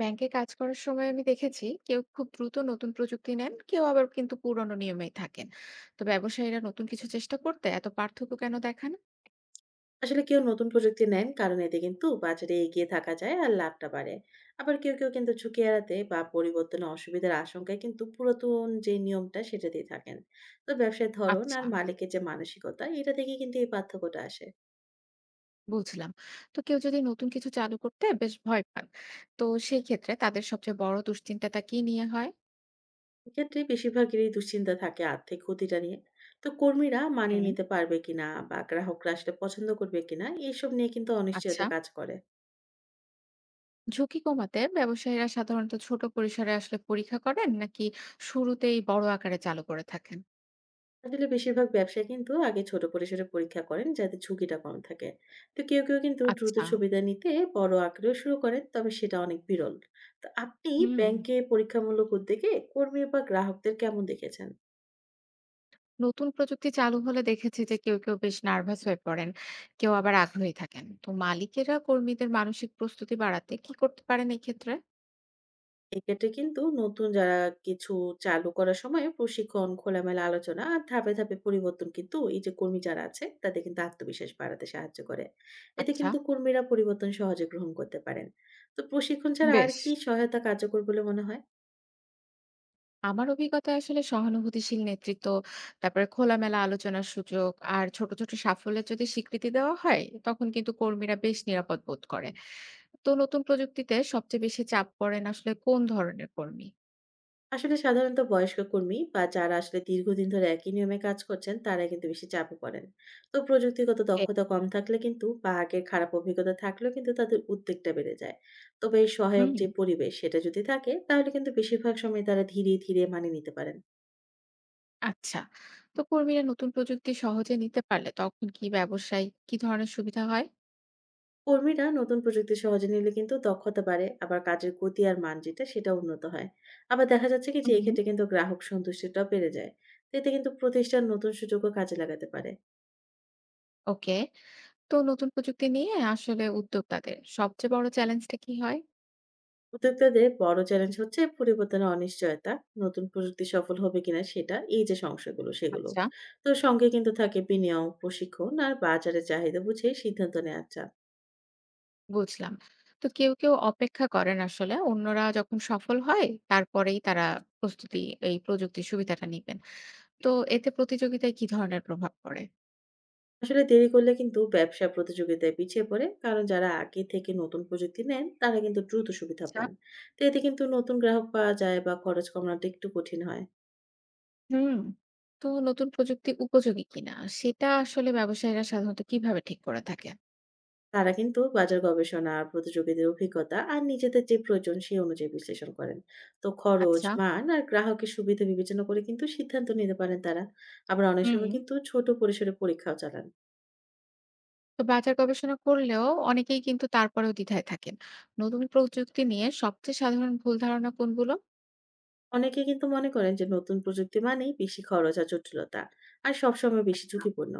ব্যাংকে কাজ করার সময় আমি দেখেছি কেউ খুব দ্রুত নতুন প্রযুক্তি নেন, কেউ আবার কিন্তু পুরনো নিয়মেই থাকেন। তো ব্যবসায়ীরা নতুন কিছু চেষ্টা করতে এত পার্থক্য কেন দেখান? আসলে কেউ নতুন প্রযুক্তি নেন কারণ এতে কিন্তু বাজারে এগিয়ে থাকা যায় আর লাভটা বাড়ে। আবার কেউ কেউ কিন্তু ঝুঁকি এড়াতে বা পরিবর্তনে অসুবিধার আশঙ্কায় কিন্তু পুরাতন যে নিয়মটা সেটাতেই থাকেন। তো ব্যবসার ধরন আর আচ্ছা। মালিকের যে মানসিকতা এটা থেকে কিন্তু এই পার্থক্যটা আসে। বুঝলাম। তো কেউ যদি নতুন কিছু চালু করতে বেশ ভয় পান, তো সেই ক্ষেত্রে তাদের সবচেয়ে বড় দুশ্চিন্তাটা কি নিয়ে হয়? এক্ষেত্রে বেশিরভাগেরই দুশ্চিন্তা থাকে আর্থিক ক্ষতিটা নিয়ে। তো কর্মীরা মানিয়ে হুম। নিতে পারবে কিনা বা গ্রাহকরা আসলে পছন্দ করবে কিনা এইসব নিয়ে কিন্তু অনিশ্চয়তা আচ্ছা। কাজ করে। ঝুঁকি কমাতে ব্যবসায়ীরা সাধারণত ছোট পরিসরে আসলে পরীক্ষা করেন, নাকি শুরুতেই বড় আকারে চালু করে থাকেন? আসলে বেশিরভাগ ব্যবসায়ী কিন্তু আগে ছোট পরিসরে পরীক্ষা করেন যাতে ঝুঁকিটা কম থাকে। তো কেউ কেউ কিন্তু দ্রুত আচ্ছা। সুবিধা নিতে বড় আকারেও শুরু করেন, তবে সেটা অনেক বিরল। তো আপনি হুম। ব্যাংকে পরীক্ষামূলক উদ্যোগে কর্মী বা গ্রাহকদের কেমন দেখেছেন? নতুন প্রযুক্তি চালু হলে দেখেছি যে কেউ কেউ বেশ নার্ভাস হয়ে পড়েন, কেউ আবার আগ্রহী থাকেন। তো মালিকেরা কর্মীদের মানসিক প্রস্তুতি বাড়াতে কি করতে পারেন এই ক্ষেত্রে? এক্ষেত্রে কিন্তু নতুন যারা কিছু চালু করার সময় প্রশিক্ষণ, খোলামেলা আলোচনা আর ধাপে ধাপে পরিবর্তন কিন্তু এই যে কর্মী যারা আছে তাদের কিন্তু আত্মবিশ্বাস বাড়াতে সাহায্য করে। এতে আচ্ছা। কিন্তু কর্মীরা পরিবর্তন সহজে গ্রহণ করতে পারেন। তো প্রশিক্ষণ ছাড়া আর বেশ। কি সহায়তা কার্যকর বলে মনে হয়? আমার অভিজ্ঞতায় আসলে সহানুভূতিশীল নেতৃত্ব, তারপরে খোলামেলা আলোচনার সুযোগ, আর ছোট ছোট সাফল্যের যদি স্বীকৃতি দেওয়া হয়, তখন কিন্তু কর্মীরা বেশ নিরাপদ বোধ করে। তো নতুন প্রযুক্তিতে সবচেয়ে বেশি চাপ পড়েন আসলে কোন ধরনের কর্মী? আসলে সাধারণত বয়স্ক কর্মী বা যারা আসলে দীর্ঘদিন ধরে একই নিয়মে কাজ করছেন তারা কিন্তু বেশি চাপে পড়েন। তো প্রযুক্তিগত এ- দক্ষতা কম থাকলে কিন্তু বা আগের খারাপ অভিজ্ঞতা থাকলেও কিন্তু তাদের উদ্বেগটা বেড়ে যায়। তবে এই সহায়ক হুম। যে পরিবেশ সেটা যদি থাকে তাহলে কিন্তু বেশিরভাগ সময় তারা ধীরে ধীরে মানিয়ে নিতে পারেন। আচ্ছা। তো কর্মীরা নতুন প্রযুক্তি সহজে নিতে পারলে তখন কি ব্যবসায় কি ধরনের সুবিধা হয়? কর্মীরা নতুন প্রযুক্তি সহজে নিলে কিন্তু দক্ষতা বাড়ে, আবার কাজের গতি আর মান যেটা সেটা উন্নত হয়। আবার দেখা যাচ্ছে কি যে হুম, হুম। এক্ষেত্রে কিন্তু গ্রাহক সন্তুষ্টিটাও বেড়ে যায়। তো এতে কিন্তু প্রতিষ্ঠান নতুন সুযোগও কাজে লাগাতে পারে। ওকে। তো নতুন প্রযুক্তি নিয়ে আসলে উদ্যোক্তাদের সবচেয়ে বড় চ্যালেঞ্জটা কি হয়? উদ্যোক্তাদের বড় চ্যালেঞ্জ হচ্ছে পরিবর্তনের অনিশ্চয়তা, নতুন প্রযুক্তি সফল হবে কিনা সেটা এই যে সমস্যাগুলো সেগুলো। আচ্ছা। তো সঙ্গে কিন্তু থাকে বিনিয়োগ, প্রশিক্ষণ আর বাজারের চাহিদা বুঝে সিদ্ধান্ত নেওয়া চাপ। বুঝলাম। তো কেউ অপেক্ষা করেন আসলে অন্যরা যখন সফল হয় তারপরেই তারা প্রস্তুতি এই প্রযুক্তির সুবিধাটা নিবেন। তো এতে প্রতিযোগিতায় কি ধরনের প্রভাব পড়ে? আসলে দেরি করলে কিন্তু ব্যবসা প্রতিযোগিতায় পিছিয়ে পড়ে, কারণ যারা আগে থেকে নতুন প্রযুক্তি নেন তারা কিন্তু দ্রুত সুবিধা আচ্ছা। পান। তো এতে কিন্তু নতুন গ্রাহক পাওয়া যায় বা খরচ কমানোটা একটু কঠিন হয়। হুম। তো নতুন প্রযুক্তি উপযোগী কিনা সেটা আসলে ব্যবসায়ীরা সাধারণত কিভাবে ঠিক করে থাকে? তারা কিন্তু বাজার গবেষণা, প্রতিযোগীদের অভিজ্ঞতা আর নিজেদের যে প্রয়োজন সেই অনুযায়ী বিশ্লেষণ করেন। তো খরচ, আচ্ছা। মান আর গ্রাহকের সুবিধা বিবেচনা করে কিন্তু সিদ্ধান্ত নিতে পারেন তারা। আবার অনেক হুম। সময় কিন্তু ছোট পরিসরে পরীক্ষাও চালান। তো বাজার গবেষণা করলেও অনেকেই কিন্তু তারপরেও দ্বিধায় থাকেন। নতুন প্রযুক্তি নিয়ে সবচেয়ে সাধারণ ভুল ধারণা কোনগুলো? অনেকে কিন্তু মনে করেন যে নতুন প্রযুক্তি মানেই বেশি খরচ আর জটিলতা আর সবসময় বেশি আচ্ছা। ঝুঁকিপূর্ণ।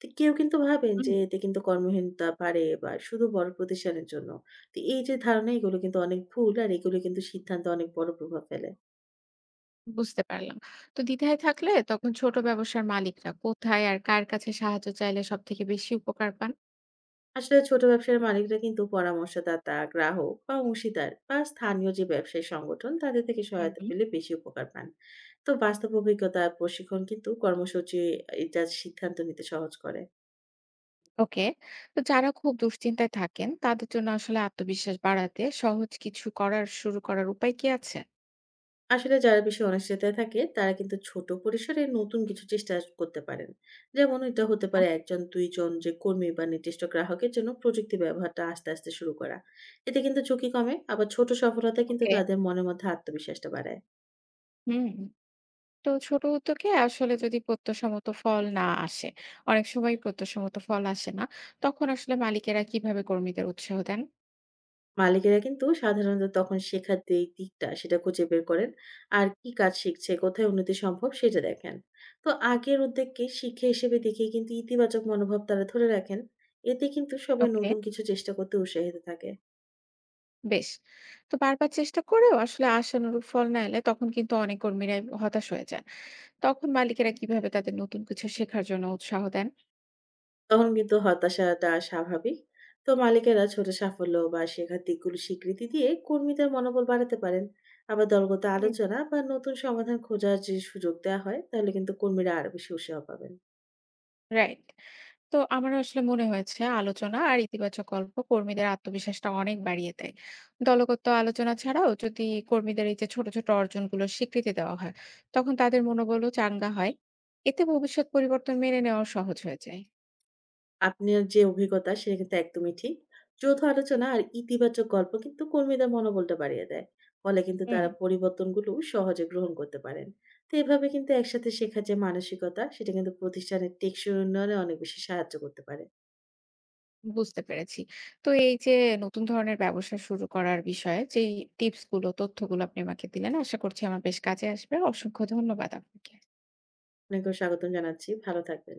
তো কেউ কিন্তু ভাবেন হুম। যে এতে কিন্তু কর্মহীনতা বাড়ে বা শুধু বড় প্রতিষ্ঠানের জন্য। তো এই যে ধারণা এগুলো কিন্তু অনেক ভুল আর এগুলো কিন্তু সিদ্ধান্তে অনেক বড় প্রভাব ফেলে। বুঝতে পারলাম। তো দ্বিধায় থাকলে তখন ছোট ব্যবসার মালিকরা কোথায় আর কার কাছে সাহায্য চাইলে সবথেকে বেশি উপকার পান? আসলে ছোট ব্যবসার মালিকরা কিন্তু পরামর্শদাতা, গ্রাহক বা অংশীদার বা স্থানীয় যে ব্যবসায়ী সংগঠন তাদের থেকে হুম, সহায়তা হুম। পেলে বেশি উপকার পান। তো বাস্তব অভিজ্ঞতা আর প্রশিক্ষণ কিন্তু কর্মসূচি এটা সিদ্ধান্ত নিতে সহজ করে। ওকে। তো যারা খুব দুশ্চিন্তায় থাকেন তাদের জন্য আসলে আত্মবিশ্বাস বাড়াতে সহজ কিছু করার শুরু করার উপায় কি আছে? আসলে যারা বেশি অনিশ্চয়তায় থাকে তারা কিন্তু ছোট পরিসরে নতুন কিছু চেষ্টা করতে পারেন। যেমন এটা হতে আচ্ছা, পারে একজন দুইজন যে কর্মী বা নির্দিষ্ট গ্রাহকের জন্য প্রযুক্তি ব্যবহারটা আস্তে আস্তে শুরু করা। এতে কিন্তু ঝুঁকি কমে, আবার ছোট সফলতা কিন্তু ওকে। তাদের মনের মধ্যে আত্মবিশ্বাসটা বাড়ায়। হুম। তো ছোট উদ্যোগে আসলে যদি প্রত্যাশামত ফল না আসে, অনেক সময় প্রত্যাশামত ফল আসে না, তখন আসলে মালিকেরা কিভাবে কর্মীদের উৎসাহ দেন? মালিকেরা কিন্তু সাধারণত তখন শেখার যে দিকটা সেটা খুঁজে বের করেন আর কি কাজ শিখছে, কোথায় উন্নতি সম্ভব সেটা দেখেন। তো আগের উদ্যোগকে শিক্ষা হিসেবে দেখে কিন্তু ইতিবাচক মনোভাব তারা ধরে রাখেন। এতে কিন্তু সবাই ওকে। নতুন কিছু চেষ্টা করতে উৎসাহিত থাকে। বেশ। তো বারবার চেষ্টা করেও আসলে আশানুরূপ ফল না এলে তখন কিন্তু অনেক কর্মীরাই হতাশ হয়ে যায়। তখন মালিকেরা কিভাবে তাদের নতুন কিছু শেখার জন্য উৎসাহ দেন? তখন কিন্তু হতাশাটা স্বাভাবিক। তো মালিকেরা ছোট সাফল্য বা শেখার দিকগুলো স্বীকৃতি দিয়ে কর্মীদের মনোবল বাড়াতে পারেন। আবার দলগত হুম। আলোচনা বা নতুন সমাধান খোঁজার যে সুযোগ দেওয়া হয় তাহলে কিন্তু কর্মীরা আরো বেশি উৎসাহ পাবেন। রাইট। তো আমার আসলে মনে হয়েছে আলোচনা আর ইতিবাচক গল্প কর্মীদের আত্মবিশ্বাসটা অনেক বাড়িয়ে দেয়। দলগত আলোচনা ছাড়াও যদি কর্মীদের এই যে ছোট ছোট অর্জনগুলো স্বীকৃতি দেওয়া হয়, তখন তাদের মনোবলও চাঙ্গা হয়। এতে ভবিষ্যৎ পরিবর্তন মেনে নেওয়া সহজ হয়ে যায়। আপনার যে অভিজ্ঞতা সেটা কিন্তু একদমই ঠিক। যৌথ আলোচনা আর ইতিবাচক গল্প কিন্তু কর্মীদের মনোবলটা বাড়িয়ে দেয়। ফলে কিন্তু হুম। তারা পরিবর্তনগুলো সহজে গ্রহণ করতে পারেন। তো এভাবে কিন্তু একসাথে শেখার যে মানসিকতা সেটা কিন্তু প্রতিষ্ঠানের টেকসই উন্নয়নে অনেক বেশি সাহায্য করতে পারে। বুঝতে পেরেছি। তো এই যে নতুন ধরনের ব্যবসা শুরু করার বিষয়ে যেই টিপস গুলো তথ্যগুলো আপনি আমাকে দিলেন, আশা করছি আমার বেশ কাজে আসবে। অসংখ্য ধন্যবাদ আপনাকে। আপনাকেও স্বাগতম জানাচ্ছি। ভালো থাকবেন।